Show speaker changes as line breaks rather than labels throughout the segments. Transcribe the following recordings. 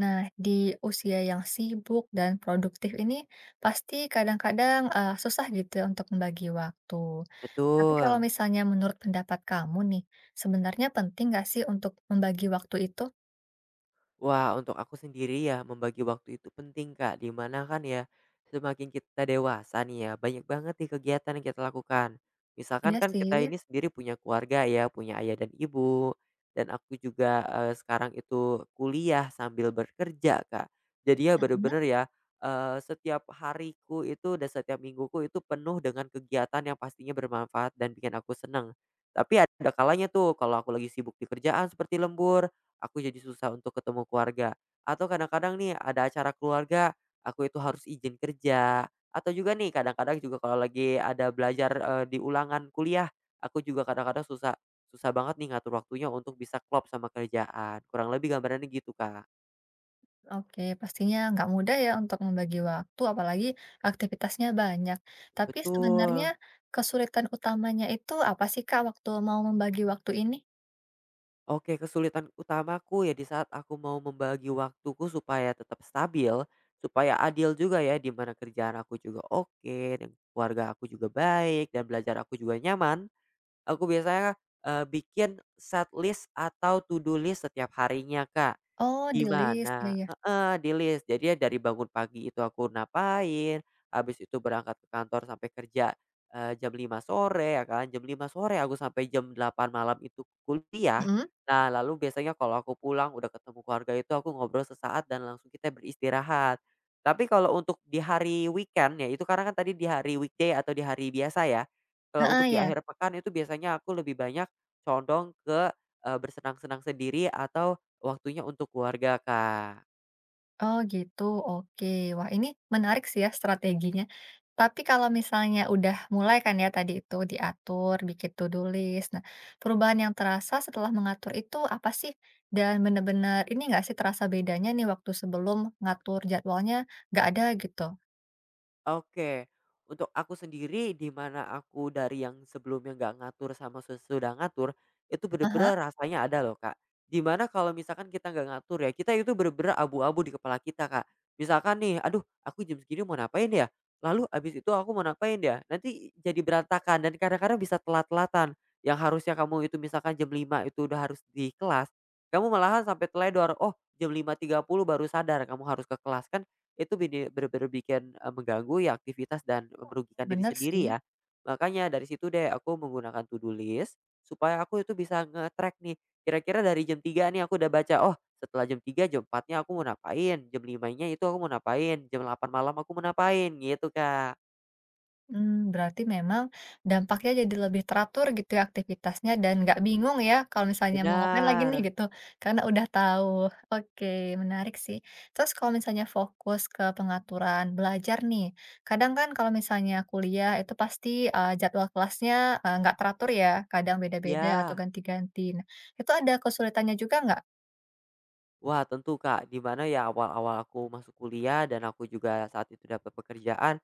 Nah, di usia yang sibuk dan produktif ini pasti kadang-kadang, susah gitu ya untuk membagi waktu. Tapi kalau
Betul.
misalnya menurut pendapat kamu nih, sebenarnya penting nggak sih untuk membagi waktu itu?
Wah, untuk aku sendiri ya membagi waktu itu penting, Kak. Di mana kan ya semakin kita dewasa nih ya, banyak banget nih kegiatan yang kita lakukan. Misalkan
Iya
kan kita
sih.
ini sendiri punya keluarga ya, punya ayah dan ibu. Dan aku juga sekarang itu kuliah sambil bekerja, Kak. Jadi ya
Mhm.
bener-bener ya setiap hariku itu dan setiap mingguku itu penuh dengan kegiatan yang pastinya bermanfaat dan bikin aku seneng. Tapi ada kalanya tuh kalau aku lagi sibuk di kerjaan seperti lembur aku jadi susah untuk ketemu keluarga. Atau kadang-kadang nih ada acara keluarga, aku itu harus izin kerja. Atau juga nih kadang-kadang juga kalau lagi ada belajar, di ulangan kuliah, aku juga kadang-kadang susah susah banget nih ngatur waktunya untuk bisa klop sama kerjaan. Kurang lebih gambarannya gitu, Kak.
Oke, pastinya nggak mudah ya untuk membagi waktu apalagi aktivitasnya banyak. Tapi sebenarnya
Betul.
kesulitan utamanya itu apa sih, Kak, waktu mau membagi waktu ini?
Oke, kesulitan utamaku ya di saat aku mau membagi waktuku supaya tetap stabil, supaya adil juga ya, di mana kerjaan aku juga oke, dan keluarga aku juga baik, dan belajar aku juga nyaman. Aku biasanya bikin set list atau to do list setiap harinya, Kak.
Oh,
Di
di-list, ya
mana
ya.
heeh, di-list. Jadi ya dari bangun pagi itu aku ngapain, habis itu berangkat ke kantor sampai kerja, jam 5 sore ya kan, jam 5 sore aku sampai jam 8 malam itu kuliah.
Mhm,
Nah, lalu biasanya kalau aku pulang udah ketemu keluarga itu aku ngobrol sesaat dan langsung kita beristirahat. Tapi kalau untuk di hari weekend ya, itu karena kan tadi di hari weekday atau di hari biasa ya. Kalau
heeh,
untuk di
ya.
akhir pekan itu biasanya aku lebih banyak condong ke bersenang-senang sendiri atau waktunya untuk keluarga, Kak.
Oh gitu, oke. Wah, ini menarik sih ya strateginya. Tapi kalau misalnya udah mulai kan ya tadi itu diatur, bikin to-do list. Nah, perubahan yang terasa setelah mengatur itu apa sih? Dan bener-bener ini nggak sih terasa bedanya nih waktu sebelum ngatur jadwalnya nggak ada gitu?
Oke, untuk aku sendiri di mana aku dari yang sebelumnya nggak ngatur sama sesudah ngatur, itu
Aha,
bener-bener rasanya ada loh, Kak. Di mana kalau misalkan kita nggak ngatur ya, kita itu bener-bener abu-abu di kepala kita, Kak. Misalkan nih, aduh, aku jam segini mau ngapain ya? Lalu abis itu aku mau ngapain ya? Nanti jadi berantakan dan kadang-kadang bisa telat-telatan. Yang harusnya kamu itu misalkan jam 5 itu udah harus di kelas, kamu malahan sampai teledor, oh jam 5.30 baru sadar kamu harus ke kelas kan itu bener-bener bikin mengganggu ya aktivitas dan merugikan diri
bener
sendiri
sih.
ya. Makanya dari situ deh aku menggunakan to do list, supaya aku itu bisa nge-track nih, kira-kira dari jam 3 nih aku udah baca, oh setelah jam 3 jam 4-nya aku mau ngapain, jam 5.00-nya itu aku mau ngapain, jam 8 malam aku mau ngapain, gitu, Kak.
Hmm, berarti memang dampaknya jadi lebih teratur gitu ya aktivitasnya dan nggak bingung ya kalau misalnya mau ngapain lagi nih
Benar,
gitu, karena udah tahu. Oke, menarik sih. Terus kalau misalnya fokus ke pengaturan belajar nih, kadang kan kalau misalnya kuliah itu pasti, jadwal kelasnya, nggak teratur ya, kadang beda-beda atau
ya.
ganti-ganti. Nah, itu ada kesulitannya juga nggak?
Wah, tentu, Kak, di mana ya awal-awal aku masuk kuliah dan aku juga saat itu dapat pekerjaan.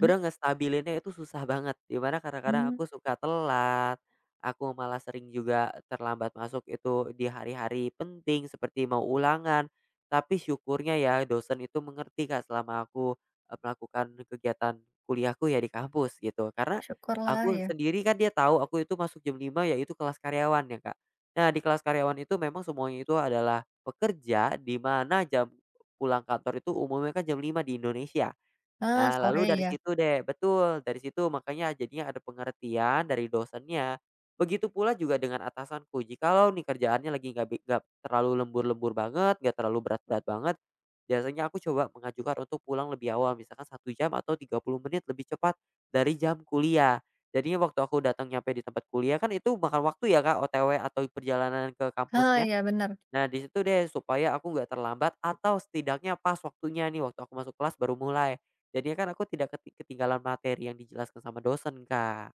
Mhm,
ngestabilinnya itu susah banget, dimana kadang-kadang
mmm,
aku suka telat, aku malah sering juga terlambat masuk itu di hari-hari penting seperti mau ulangan. Tapi syukurnya ya dosen itu mengerti, Kak, selama aku melakukan kegiatan kuliahku ya di kampus gitu. Karena
syukurlah
aku
ya.
sendiri kan dia tahu aku itu masuk jam 5, yaitu kelas karyawan ya, Kak. Nah, di kelas karyawan itu memang semuanya itu adalah pekerja, di mana jam pulang kantor itu umumnya kan jam 5 di Indonesia.
Ah,
Nah, lalu
sore
dari
ya?
situ deh betul, dari situ makanya jadinya ada pengertian dari dosennya. Begitu pula juga dengan atasanku, jikalau nih kerjaannya lagi nggak terlalu lembur-lembur banget, nggak terlalu berat-berat banget, biasanya aku coba mengajukan untuk pulang lebih awal, misalkan 1 jam atau 30 menit lebih cepat dari jam kuliah. Jadinya waktu aku datang nyampe di tempat kuliah kan itu makan waktu ya, Kak, OTW atau perjalanan ke
Ah
kampusnya.
ya, benar.
Nah, di situ deh supaya aku nggak terlambat atau setidaknya pas waktunya nih, waktu aku masuk kelas baru mulai. Jadinya kan aku tidak ketinggalan materi yang dijelaskan sama dosen, Kak.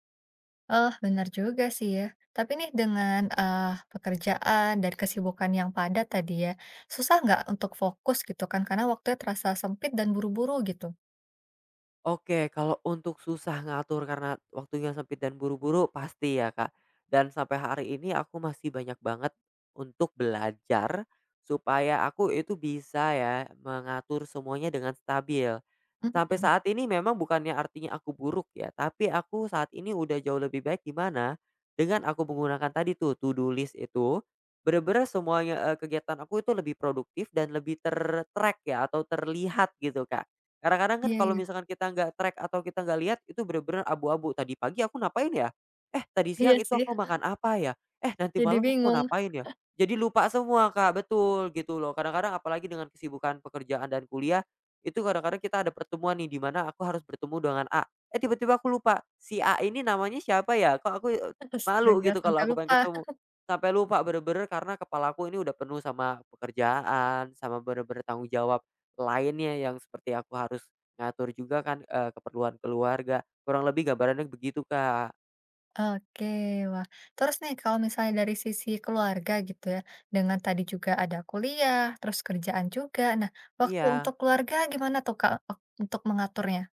Oh, benar juga sih ya. Tapi nih dengan, pekerjaan dan kesibukan yang padat tadi ya, susah nggak untuk fokus gitu kan karena waktunya terasa sempit dan buru-buru gitu?
Oke, kalau untuk susah ngatur karena waktunya sempit dan buru-buru pasti ya, Kak. Dan sampai hari ini aku masih banyak banget untuk belajar supaya aku itu bisa ya mengatur semuanya dengan stabil. Sampai
Mhm,
saat ini memang bukannya artinya aku buruk ya, tapi aku saat ini udah jauh lebih baik di mana dengan aku menggunakan tadi tuh to do list itu bener-bener semuanya, kegiatan aku itu lebih produktif dan lebih ter-track ya atau terlihat gitu, Kak. Kadang-kadang kan
iya
kalau
iya.
misalkan kita nggak track atau kita nggak lihat itu bener-bener abu-abu, "Tadi pagi aku ngapain ya? Eh, tadi
Iya
siang itu
sih,
aku makan apa ya? Eh, nanti
jadi
malam aku
bingung.
ngapain ya?" Jadi lupa semua, Kak, betul, gitu loh. Kadang-kadang apalagi dengan kesibukan pekerjaan dan kuliah, itu kadang-kadang kita ada pertemuan nih di mana aku harus bertemu dengan A, eh, tiba-tiba aku lupa, "Si A ini namanya siapa ya? Kok aku malu
Astaga,
gitu kalau
sampai
aku pengen
lupa.
ketemu." Sampai lupa bener-bener karena kepalaku ini udah penuh sama pekerjaan, sama bener-bener tanggung jawab. Lainnya yang seperti aku harus ngatur juga kan keperluan keluarga. Kurang lebih gambarannya begitu, Kak.
Oke, wah. Terus nih kalau misalnya dari sisi keluarga gitu ya, dengan tadi juga ada kuliah, terus kerjaan juga. Nah, waktu untuk
Iya.
keluarga gimana tuh, Kak, ok untuk mengaturnya?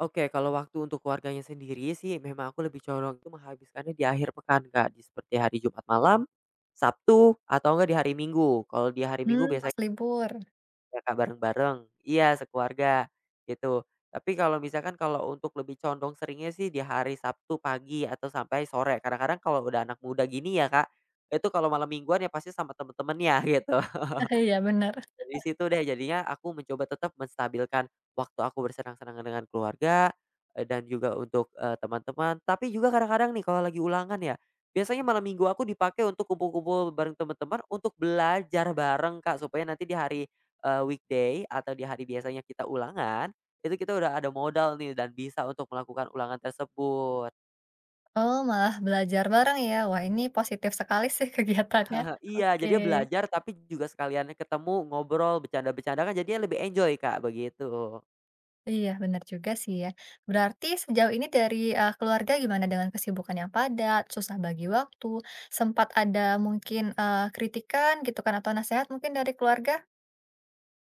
Oke, kalau waktu untuk keluarganya sendiri sih memang aku lebih condong itu menghabiskannya di akhir pekan, Kak, di seperti hari Jumat malam, Sabtu, atau enggak di hari Minggu. Kalau di hari Minggu
Mmm,
biasanya
pas libur.
Kakak bareng-bareng? Iya, sekeluarga, gitu. Tapi kalau misalkan kalau untuk lebih condong seringnya sih di hari Sabtu pagi atau sampai sore. Kadang-kadang kalau udah anak muda gini ya, Kak, itu kalau malam mingguan ya pasti sama temen-temennya gitu.
Iya, benar.
Dari situ deh jadinya aku mencoba tetap menstabilkan waktu aku bersenang-senang dengan keluarga, dan juga untuk teman-teman. Tapi juga kadang-kadang nih kalau lagi ulangan ya, biasanya malam minggu aku dipakai untuk kumpul-kumpul bareng teman-teman untuk belajar bareng, Kak, supaya nanti di hari weekday atau di hari biasanya kita ulangan, itu kita udah ada modal nih dan bisa untuk melakukan ulangan tersebut.
Oh, malah belajar bareng ya? Wah, ini positif sekali sih kegiatannya.
He iya,
Oke.
jadinya belajar tapi juga sekalian ketemu, ngobrol, bercanda-bercanda kan jadinya lebih enjoy, Kak, begitu.
Iya, benar juga sih ya. Berarti sejauh ini dari, keluarga gimana dengan kesibukan yang padat, susah bagi waktu, sempat ada mungkin, kritikan gitu kan atau nasihat mungkin dari keluarga?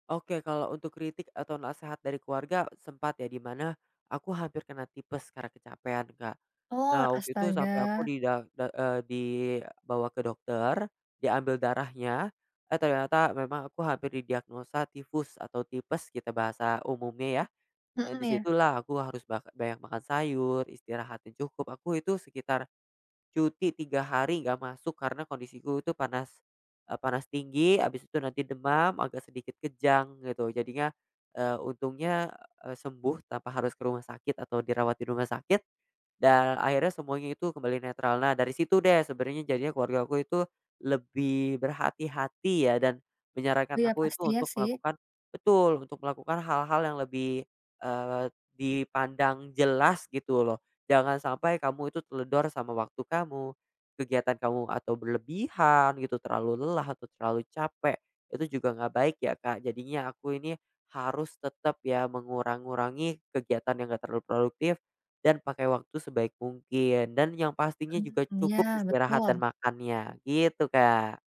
Oke, kalau untuk kritik atau nasihat dari keluarga sempat ya, di mana aku hampir kena tipes karena kecapean, Kak.
Oh,
Nah, waktu itu sampai aku
astaga.
dibawa ke dokter, diambil darahnya, eh, ternyata memang aku hampir didiagnosa tifus atau tipes kita bahasa umumnya ya. Nah,
Mhm, ya.
disitulah aku harus banyak makan sayur, istirahat yang cukup, aku itu sekitar cuti 3 hari nggak masuk karena kondisiku itu panas tinggi, habis itu nanti demam, agak sedikit kejang gitu. Jadinya, untungnya, sembuh tanpa harus ke rumah sakit atau dirawat di rumah sakit, dan akhirnya semuanya itu kembali netral. Nah, dari situ deh sebenarnya jadinya keluarga aku itu lebih berhati-hati ya dan menyarankan
Iya,
aku itu
pastinya
untuk
sih.
melakukan betul, untuk melakukan hal-hal yang lebih, eee, dipandang jelas gitu loh. Jangan sampai kamu itu teledor sama waktu kamu, kegiatan kamu atau berlebihan gitu, terlalu lelah atau terlalu capek, itu juga nggak baik ya, Kak. Jadinya aku ini harus tetap ya mengurang-ngurangi kegiatan yang nggak terlalu produktif dan pakai waktu sebaik mungkin dan yang pastinya juga
Mmm, iya,
cukup istirahat
betul.
dan makannya, gitu, Kak.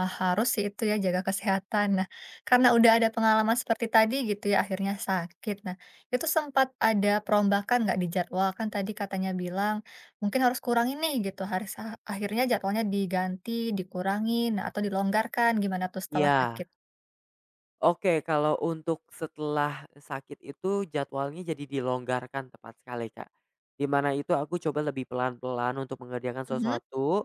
Ah, harus sih itu ya jaga kesehatan. Nah, karena udah ada pengalaman seperti tadi gitu ya akhirnya sakit. Nah, itu sempat ada perombakan nggak di jadwal? Kan tadi katanya bilang mungkin harus kurangin nih gitu. Harus akhirnya jadwalnya diganti, dikurangin nah, atau dilonggarkan gimana tuh setelah
Iya.
sakit?
Oke, kalau untuk setelah sakit itu jadwalnya jadi dilonggarkan tepat sekali, Kak. Di mana itu aku coba lebih pelan-pelan untuk mengerjakan
Mhm.
sesuatu,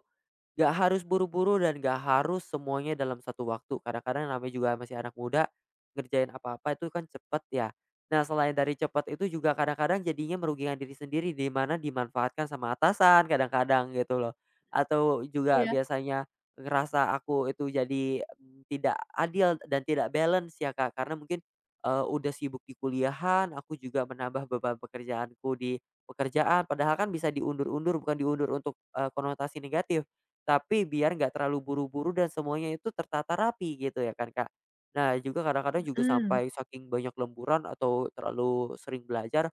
gak harus buru-buru dan gak harus semuanya dalam satu waktu. Kadang-kadang namanya juga masih anak muda, ngerjain apa-apa itu kan cepet ya. Nah, selain dari cepet itu juga kadang-kadang jadinya merugikan diri sendiri di mana dimanfaatkan sama atasan kadang-kadang gitu loh. Atau juga
Iya.
biasanya ngerasa aku itu jadi tidak adil dan tidak balance ya, Kak, karena mungkin udah sibuk di kuliahan, aku juga menambah beban pekerjaanku di pekerjaan padahal kan bisa diundur-undur, bukan diundur untuk konotasi negatif tapi biar nggak terlalu buru-buru dan semuanya itu tertata rapi gitu ya kan, Kak. Nah juga kadang-kadang juga
Mm.
sampai saking banyak lemburan atau terlalu sering belajar,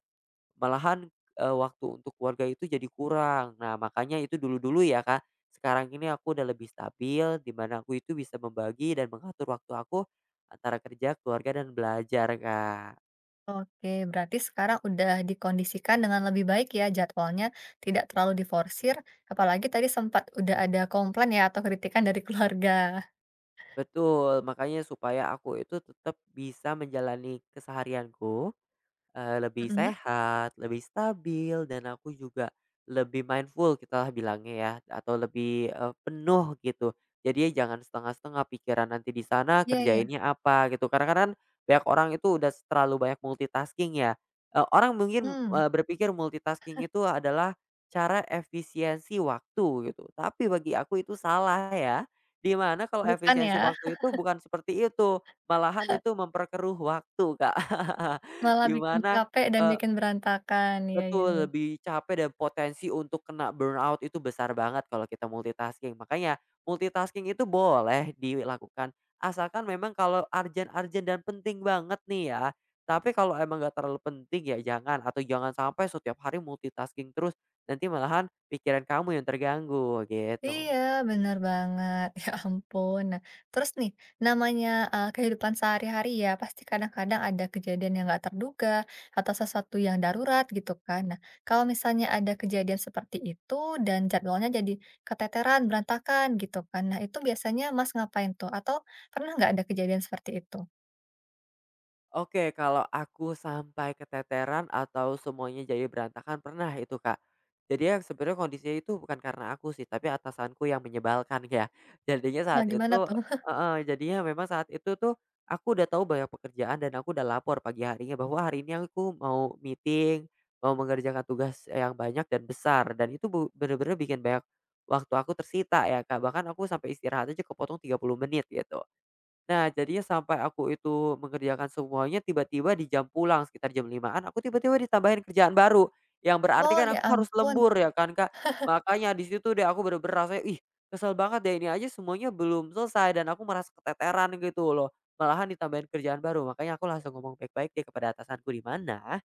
malahan, waktu untuk keluarga itu jadi kurang. Nah, makanya itu dulu-dulu ya, Kak, sekarang ini aku udah lebih stabil, di mana aku itu bisa membagi dan mengatur waktu aku antara kerja, keluarga, dan belajar, Kak.
Oke, berarti sekarang udah dikondisikan dengan lebih baik ya jadwalnya, tidak terlalu diforsir, apalagi tadi sempat udah ada komplain ya atau kritikan dari keluarga.
Betul, makanya supaya aku itu tetap bisa menjalani keseharianku lebih
Mhm.
sehat, lebih stabil, dan aku juga lebih mindful kita lah bilangnya ya, atau lebih penuh gitu. Jadi ya jangan setengah-setengah pikiran nanti di sana,
Iya, iya.
kerjainnya apa gitu. Karena kan banyak orang itu udah terlalu banyak multitasking ya. Orang mungkin,
Mmm,
eee, berpikir multitasking itu adalah cara efisiensi waktu gitu, tapi bagi aku itu salah ya. Di mana kalau
bukan
efisiensi
ya,
waktu itu bukan seperti itu, malahan itu memperkeruh waktu, Kak.
malah
Di
bikin
mana
capek dan
eee,
bikin berantakan, iya iya iya.
betul lebih capek dan potensi untuk kena burnout itu besar banget kalau kita multitasking. Makanya multitasking itu boleh dilakukan, asalkan memang kalau urgent-urgent dan penting banget nih ya. Tapi kalau emang nggak terlalu penting ya jangan, atau jangan sampai setiap hari multitasking terus, nanti malahan pikiran kamu yang terganggu, gitu.
Iya, bener banget, ya ampun. Nah, terus nih, namanya, kehidupan sehari-hari ya, pasti kadang-kadang ada kejadian yang nggak terduga, atau sesuatu yang darurat gitu kan. Nah, kalau misalnya ada kejadian seperti itu, dan jadwalnya jadi keteteran, berantakan gitu kan. Nah, itu biasanya Mas ngapain tuh? Atau pernah nggak ada kejadian seperti itu?
Oke, kalau aku sampai keteteran atau semuanya jadi berantakan pernah itu, Kak. Jadi yang sebenarnya kondisinya itu bukan karena aku sih, tapi atasanku yang menyebalkan ya. Jadinya
Nah,
saat itu
gimana tuh?
heeh, jadinya memang saat itu tuh aku udah tahu banyak pekerjaan dan aku udah lapor pagi harinya bahwa hari ini aku mau meeting, mau mengerjakan tugas yang banyak dan besar dan itu bener-bener bikin banyak waktu aku tersita ya, Kak. Bahkan aku sampai istirahat aja kepotong 30 menit gitu. Nah, jadinya sampai aku itu mengerjakan semuanya, tiba-tiba di jam pulang sekitar jam 5-an aku tiba-tiba ditambahin kerjaan baru, yang berarti
Oh,
kan
ya
aku harus
ampun.
lembur ya kan, Kak. Makanya di situ deh aku bener-bener rasanya, ih, kesel banget deh ini aja semuanya belum selesai dan aku merasa keteteran gitu loh, malahan ditambahin kerjaan baru. Makanya aku langsung ngomong baik-baik deh kepada atasanku, "Di mana?"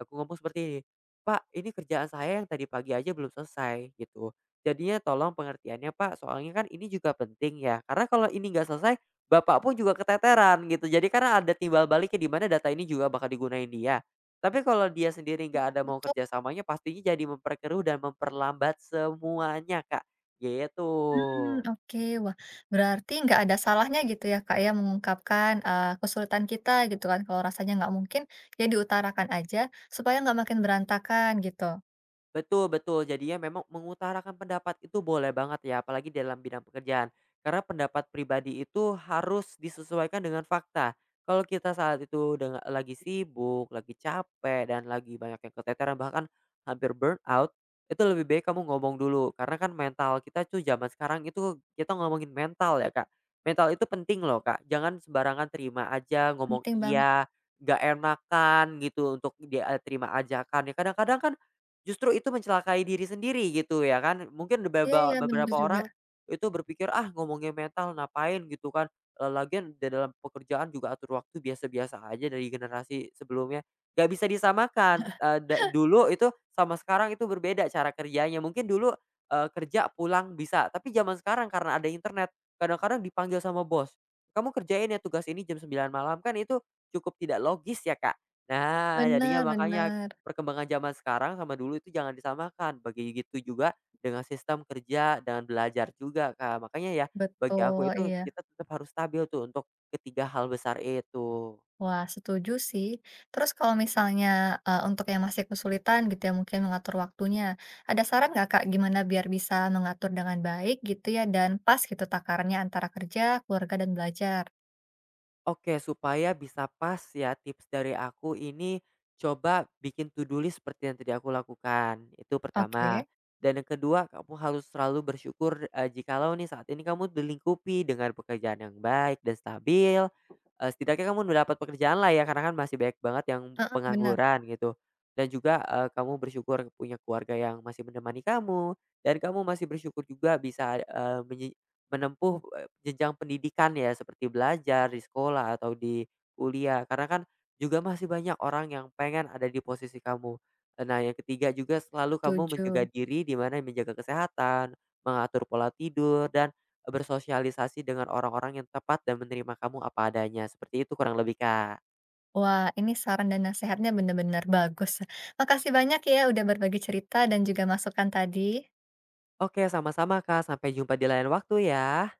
Aku ngomong seperti ini, "Pak, ini kerjaan saya yang tadi pagi aja belum selesai," gitu. "Jadinya tolong pengertiannya, Pak, soalnya kan ini juga penting ya, karena kalau ini nggak selesai, Bapak pun juga keteteran," gitu. Jadi karena ada timbal baliknya di mana data ini juga bakal digunain dia. Tapi kalau dia sendiri nggak ada mau
Betul.
kerjasamanya, pastinya jadi memperkeruh dan memperlambat semuanya, Kak, gitu.
Mmm, oke. Wah, berarti nggak ada salahnya gitu ya, Kak, ya, mengungkapkan, kesulitan kita gitu kan, kalau rasanya nggak mungkin, ya diutarakan aja supaya nggak makin berantakan gitu.
Betul, betul, jadinya memang mengutarakan pendapat itu boleh banget ya, apalagi dalam bidang pekerjaan. Karena pendapat pribadi itu harus disesuaikan dengan fakta. Kalau kita saat itu dengan lagi sibuk, lagi capek, dan lagi banyak yang keteteran, bahkan hampir burnout, itu lebih baik kamu ngomong dulu. Karena kan mental kita tuh zaman sekarang itu kita ngomongin mental ya, Kak. Mental itu penting loh, Kak, jangan sembarangan terima aja, ngomong
Penting banget.
iya, gak enakan gitu untuk dia terima ajakan. Ya kadang-kadang kan justru itu mencelakai diri sendiri gitu ya kan, mungkin
Iya iya, bener
beberapa
juga.
orang itu berpikir, "Ah, ngomongin metal ngapain," gitu kan, lagian di dalam pekerjaan juga atur waktu biasa-biasa aja dari generasi sebelumnya, nggak bisa disamakan, eee, da dulu itu sama sekarang itu berbeda cara kerjanya, mungkin dulu, kerja pulang bisa, tapi zaman sekarang karena ada internet, kadang-kadang dipanggil sama bos, "Kamu kerjain ya tugas ini jam 9 malam," kan itu cukup tidak logis ya, Kak. Nah, jadinya
Bener
makanya
bener.
perkembangan zaman sekarang sama dulu itu jangan disamakan, begitu juga dengan sistem kerja dan belajar juga, Kak. Makanya ya, bagi aku
Betul,
itu
iya.
kita tetap harus stabil tuh untuk ketiga hal besar itu.
Wah, setuju sih. Terus kalau misalnya, untuk yang masih kesulitan gitu ya, mungkin mengatur waktunya, ada saran nggak, Kak, gimana biar bisa mengatur dengan baik gitu ya dan pas gitu takarannya antara kerja, keluarga, dan belajar?
Oke, supaya bisa pas ya tips dari aku ini coba bikin to do list seperti yang tadi aku lakukan. Itu pertama.
Oke.
Dan yang kedua, kamu harus selalu bersyukur jikalau nih saat ini kamu dilingkupi dengan pekerjaan yang baik dan stabil. Setidaknya kamu mendapat pekerjaan lah ya karena kan masih banyak banget yang
Heeh, bener,
pengangguran gitu. Dan juga kamu bersyukur punya keluarga yang masih menemani kamu dan kamu masih bersyukur juga bisa menempuh, jenjang pendidikan ya seperti belajar di sekolah atau di kuliah karena kan juga masih banyak orang yang pengen ada di posisi kamu. Nah, yang ketiga juga selalu kamu
setuju.
menjaga diri di mana menjaga kesehatan, mengatur pola tidur dan bersosialisasi dengan orang-orang yang tepat dan menerima kamu apa adanya, seperti itu kurang lebih, Kak.
Wah, ini saran dan nasihatnya benar-benar bagus. Makasih banyak ya udah berbagi cerita dan juga masukan tadi.
Oke, sama-sama, Kak, sampai jumpa di lain waktu ya.